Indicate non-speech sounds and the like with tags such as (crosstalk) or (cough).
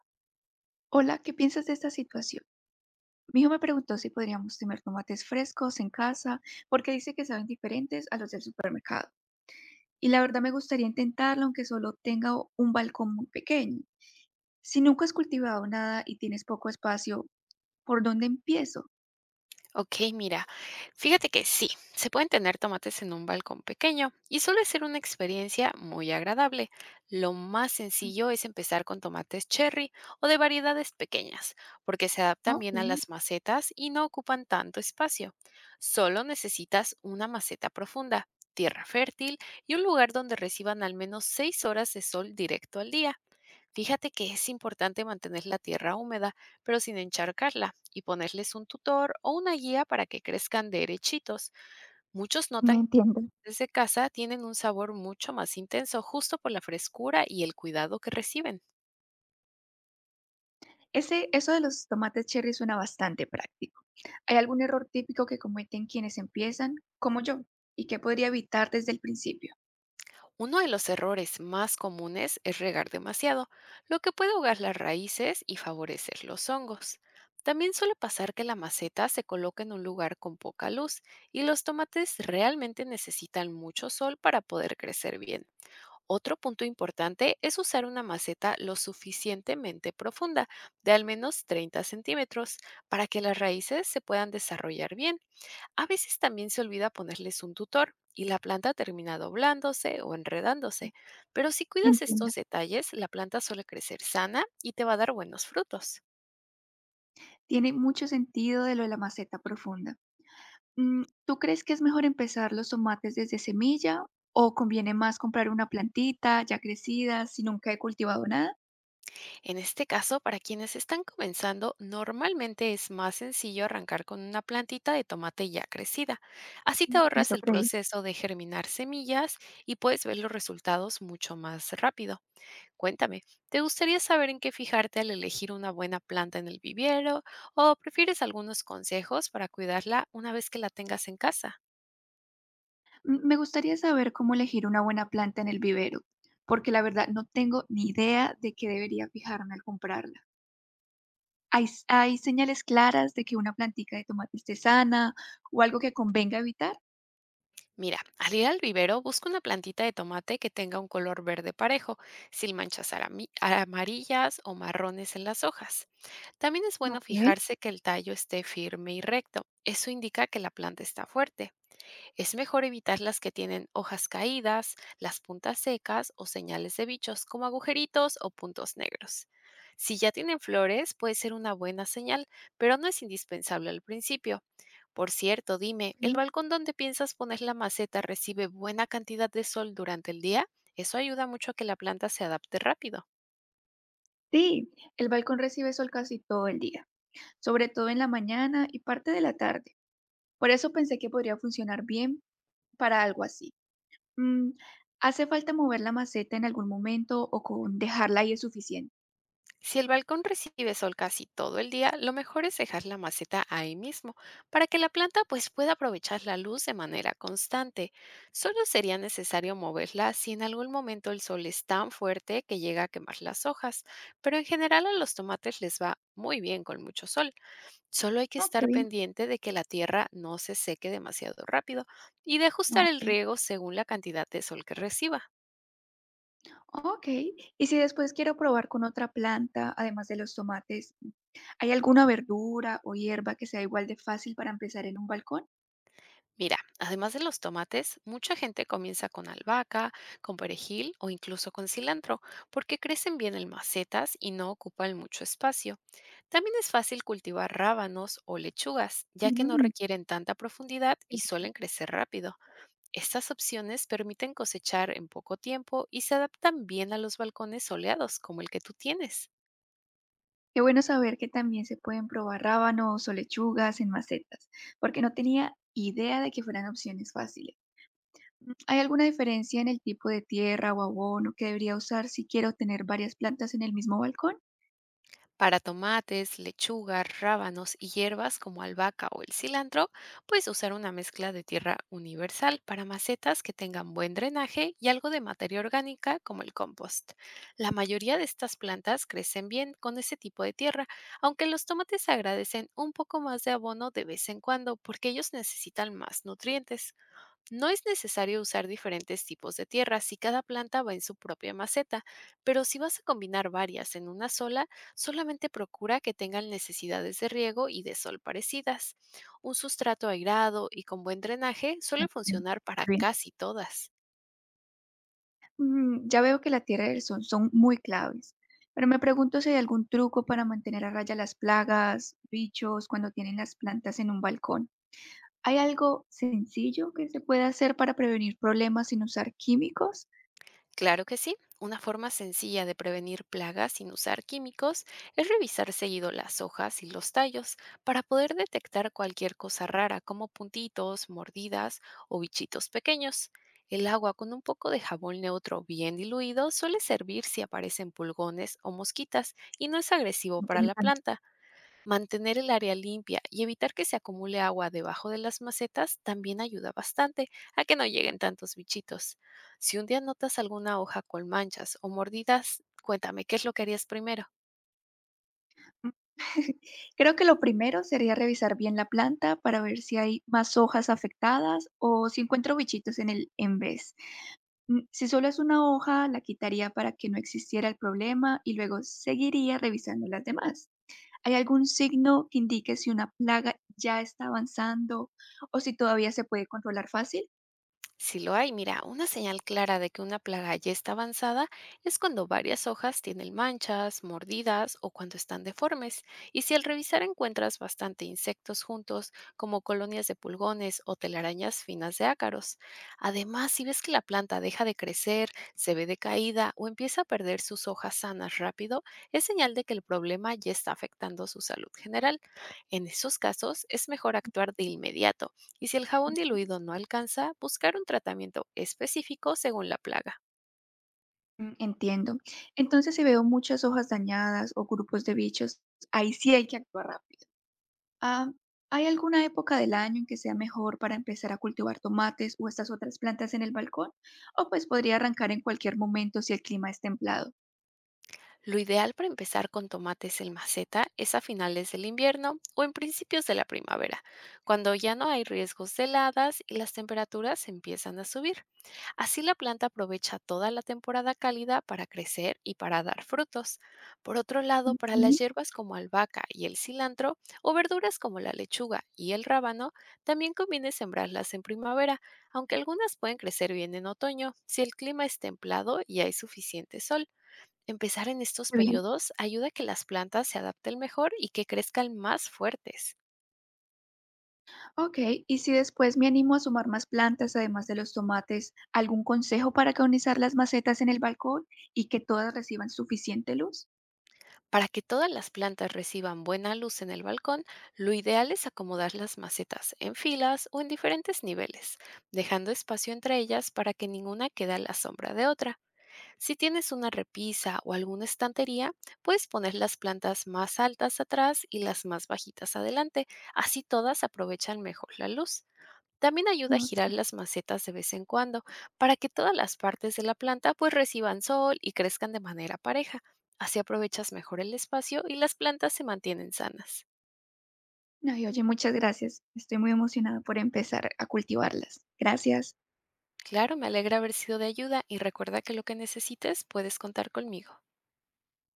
Hola, ¿qué piensas de esta situación? Mi hijo me preguntó si podríamos tener tomates frescos en casa porque dice que saben diferentes a los del supermercado. Y la verdad me gustaría intentarlo aunque solo tenga un balcón muy pequeño. Si nunca has cultivado nada y tienes poco espacio, ¿por dónde empiezo? Ok, mira, fíjate que sí, se pueden tener tomates en un balcón pequeño y suele ser una experiencia muy agradable. Lo más sencillo es empezar con tomates cherry o de variedades pequeñas, porque se adaptan Ok, bien a las macetas y no ocupan tanto espacio. Solo necesitas una maceta profunda, tierra fértil y un lugar donde reciban al menos 6 horas de sol directo al día. Fíjate que es importante mantener la tierra húmeda, pero sin encharcarla, y ponerles un tutor o una guía para que crezcan derechitos. Muchos me notan que entiendo. desde casa tienen un sabor mucho más intenso justo por la frescura y el cuidado que reciben. Eso de los tomates cherry suena bastante práctico. ¿Hay algún error típico que cometen quienes empiezan, como yo, y que podría evitar desde el principio? Uno de los errores más comunes es regar demasiado, lo que puede ahogar las raíces y favorecer los hongos. También suele pasar que la maceta se coloca en un lugar con poca luz y los tomates realmente necesitan mucho sol para poder crecer bien. Otro punto importante es usar una maceta lo suficientemente profunda, de al menos 30 centímetros, para que las raíces se puedan desarrollar bien. A veces también se olvida ponerles un tutor y la planta termina doblándose o enredándose, pero si cuidas Entiendo. estos detalles, la planta suele crecer sana y te va a dar buenos frutos. Tiene mucho sentido de lo de la maceta profunda. ¿Tú crees que es mejor empezar los tomates desde semilla o conviene más comprar una plantita ya crecida si nunca he cultivado nada? En este caso, para quienes están comenzando, normalmente es más sencillo arrancar con una plantita de tomate ya crecida. Así te Mm, ahorras eso el creí. proceso de germinar semillas y puedes ver los resultados mucho más rápido. Cuéntame, ¿te gustaría saber en qué fijarte al elegir una buena planta en el viviero o prefieres algunos consejos para cuidarla una vez que la tengas en casa? Me gustaría saber cómo elegir una buena planta en el vivero, porque la verdad no tengo ni idea de qué debería fijarme al comprarla. ¿Hay, hay señales claras de que una plantica de tomate esté sana o algo que convenga evitar? Mira, al ir al vivero, busca una plantita de tomate que tenga un color verde parejo, sin manchas amarillas o marrones en las hojas. También es bueno Ok, fijarse que el tallo esté firme y recto. Eso indica que la planta está fuerte. Es mejor evitar las que tienen hojas caídas, las puntas secas o señales de bichos como agujeritos o puntos negros. Si ya tienen flores, puede ser una buena señal, pero no es indispensable al principio. Por cierto, dime, ¿el ok. balcón donde piensas poner la maceta recibe buena cantidad de sol durante el día? Eso ayuda mucho a que la planta se adapte rápido. Sí, el balcón recibe sol casi todo el día, sobre todo en la mañana y parte de la tarde. Por eso pensé que podría funcionar bien para algo así. Mm, ¿Hace falta mover la maceta en algún momento o con dejarla ahí es suficiente? Si el balcón recibe sol casi todo el día, lo mejor es dejar la maceta ahí mismo para que la planta pues pueda aprovechar la luz de manera constante. Solo sería necesario moverla si en algún momento el sol es tan fuerte que llega a quemar las hojas, pero en general a los tomates les va muy bien con mucho sol. Solo hay que Oh, qué estar bien. pendiente de que la tierra no se seque demasiado rápido y de ajustar el Ok. riego según la cantidad de sol que reciba. Ok. Y si después quiero probar con otra planta, además de los tomates, ¿hay alguna verdura o hierba que sea igual de fácil para empezar en un balcón? Mira, además de los tomates, mucha gente comienza con albahaca, con perejil o incluso con cilantro, porque crecen bien en macetas y no ocupan mucho espacio. También es fácil cultivar rábanos o lechugas, ya que no Mm, requieren tanta profundidad qué y bien. suelen crecer rápido. Estas opciones permiten cosechar en poco tiempo y se adaptan bien a los balcones soleados como el que tú tienes. Qué bueno saber que también se pueden probar rábanos o lechugas en macetas, porque no tenía idea de que fueran opciones fáciles. ¿Hay alguna diferencia en el tipo de tierra o abono que debería usar si quiero tener varias plantas en el mismo balcón? Para tomates, lechuga, rábanos y hierbas como albahaca o el cilantro, puedes usar una mezcla de tierra universal para macetas que tengan buen drenaje y algo de materia orgánica como el compost. La mayoría de estas plantas crecen bien con ese tipo de tierra, aunque los tomates agradecen un poco más de abono de vez en cuando porque ellos necesitan más nutrientes. No es necesario usar diferentes tipos de tierra si cada planta va en su propia maceta, pero si vas a combinar varias en una sola, solamente procura que tengan necesidades de riego y de sol parecidas. Un sustrato airado y con buen drenaje suele Entiendo. funcionar para Bien. casi todas. Ya veo que la tierra y el sol son muy claves, pero me pregunto si hay algún truco para mantener a raya las plagas, bichos, cuando tienen las plantas en un balcón. ¿Hay algo sencillo que se pueda hacer para prevenir problemas sin usar químicos? Claro que sí. Una forma sencilla de prevenir plagas sin usar químicos es revisar seguido las hojas y los tallos para poder detectar cualquier cosa rara como puntitos, mordidas o bichitos pequeños. El agua con un poco de jabón neutro bien diluido suele servir si aparecen pulgones o mosquitas y no es agresivo para la Interesante. planta. Mantener el área limpia y evitar que se acumule agua debajo de las macetas también ayuda bastante a que no lleguen tantos bichitos. Si un día notas alguna hoja con manchas o mordidas, cuéntame qué es lo que harías primero. Mm. (laughs) Creo que lo primero sería revisar bien la planta para ver si hay más hojas afectadas o si encuentro bichitos en el en vez. Si solo es una hoja, la quitaría para que no existiera el problema y luego seguiría revisando las demás. ¿Hay algún signo que indique si una plaga ya está avanzando o si todavía se puede controlar fácil? Si lo hay, mira, una señal clara de que una plaga ya está avanzada es cuando varias hojas tienen manchas, mordidas o cuando están deformes. Y si al revisar encuentras bastante insectos juntos, como colonias de pulgones o telarañas finas de ácaros. Además, si ves que la planta deja de crecer, se ve decaída o empieza a perder sus hojas sanas rápido, es señal de que el problema ya está afectando su salud general. En esos casos, es mejor actuar de inmediato y si el jabón Ujú. diluido no alcanza, buscar un tratamiento específico según la plaga. Mm, entiendo. Entonces, si veo muchas hojas dañadas o grupos de bichos, ahí sí hay que actuar rápido. Ah, ¿hay alguna época del año en que sea mejor para empezar a cultivar tomates o estas otras plantas en el balcón? O pues podría arrancar en cualquier momento si el clima es templado. Lo ideal para empezar con tomates en maceta es a finales del invierno o en principios de la primavera, cuando ya no hay riesgos de heladas y las temperaturas empiezan a subir. Así la planta aprovecha toda la temporada cálida para crecer y para dar frutos. Por otro lado, para las Ok, hierbas como albahaca y el cilantro, o verduras como la lechuga y el rábano, también conviene sembrarlas en primavera, aunque algunas pueden crecer bien en otoño, si el clima es templado y hay suficiente sol. Empezar en estos muy bien. periodos ayuda a que las plantas se adapten mejor y que crezcan más fuertes. Ok, y si después me animo a sumar más plantas, además de los tomates, ¿algún consejo para colonizar las macetas en el balcón y que todas reciban suficiente luz? Para que todas las plantas reciban buena luz en el balcón, lo ideal es acomodar las macetas en filas o en diferentes niveles, dejando espacio entre ellas para que ninguna quede a la sombra de otra. Si tienes una repisa o alguna estantería, puedes poner las plantas más altas atrás y las más bajitas adelante, así todas aprovechan mejor la luz. También ayuda a No, girar sí. las macetas de vez en cuando para que todas las partes de la planta pues reciban sol y crezcan de manera pareja. Así aprovechas mejor el espacio y las plantas se mantienen sanas. No, y oye, muchas gracias. Estoy muy emocionada por empezar a cultivarlas. Gracias. Claro, me alegra haber sido de ayuda y recuerda que lo que necesites puedes contar conmigo.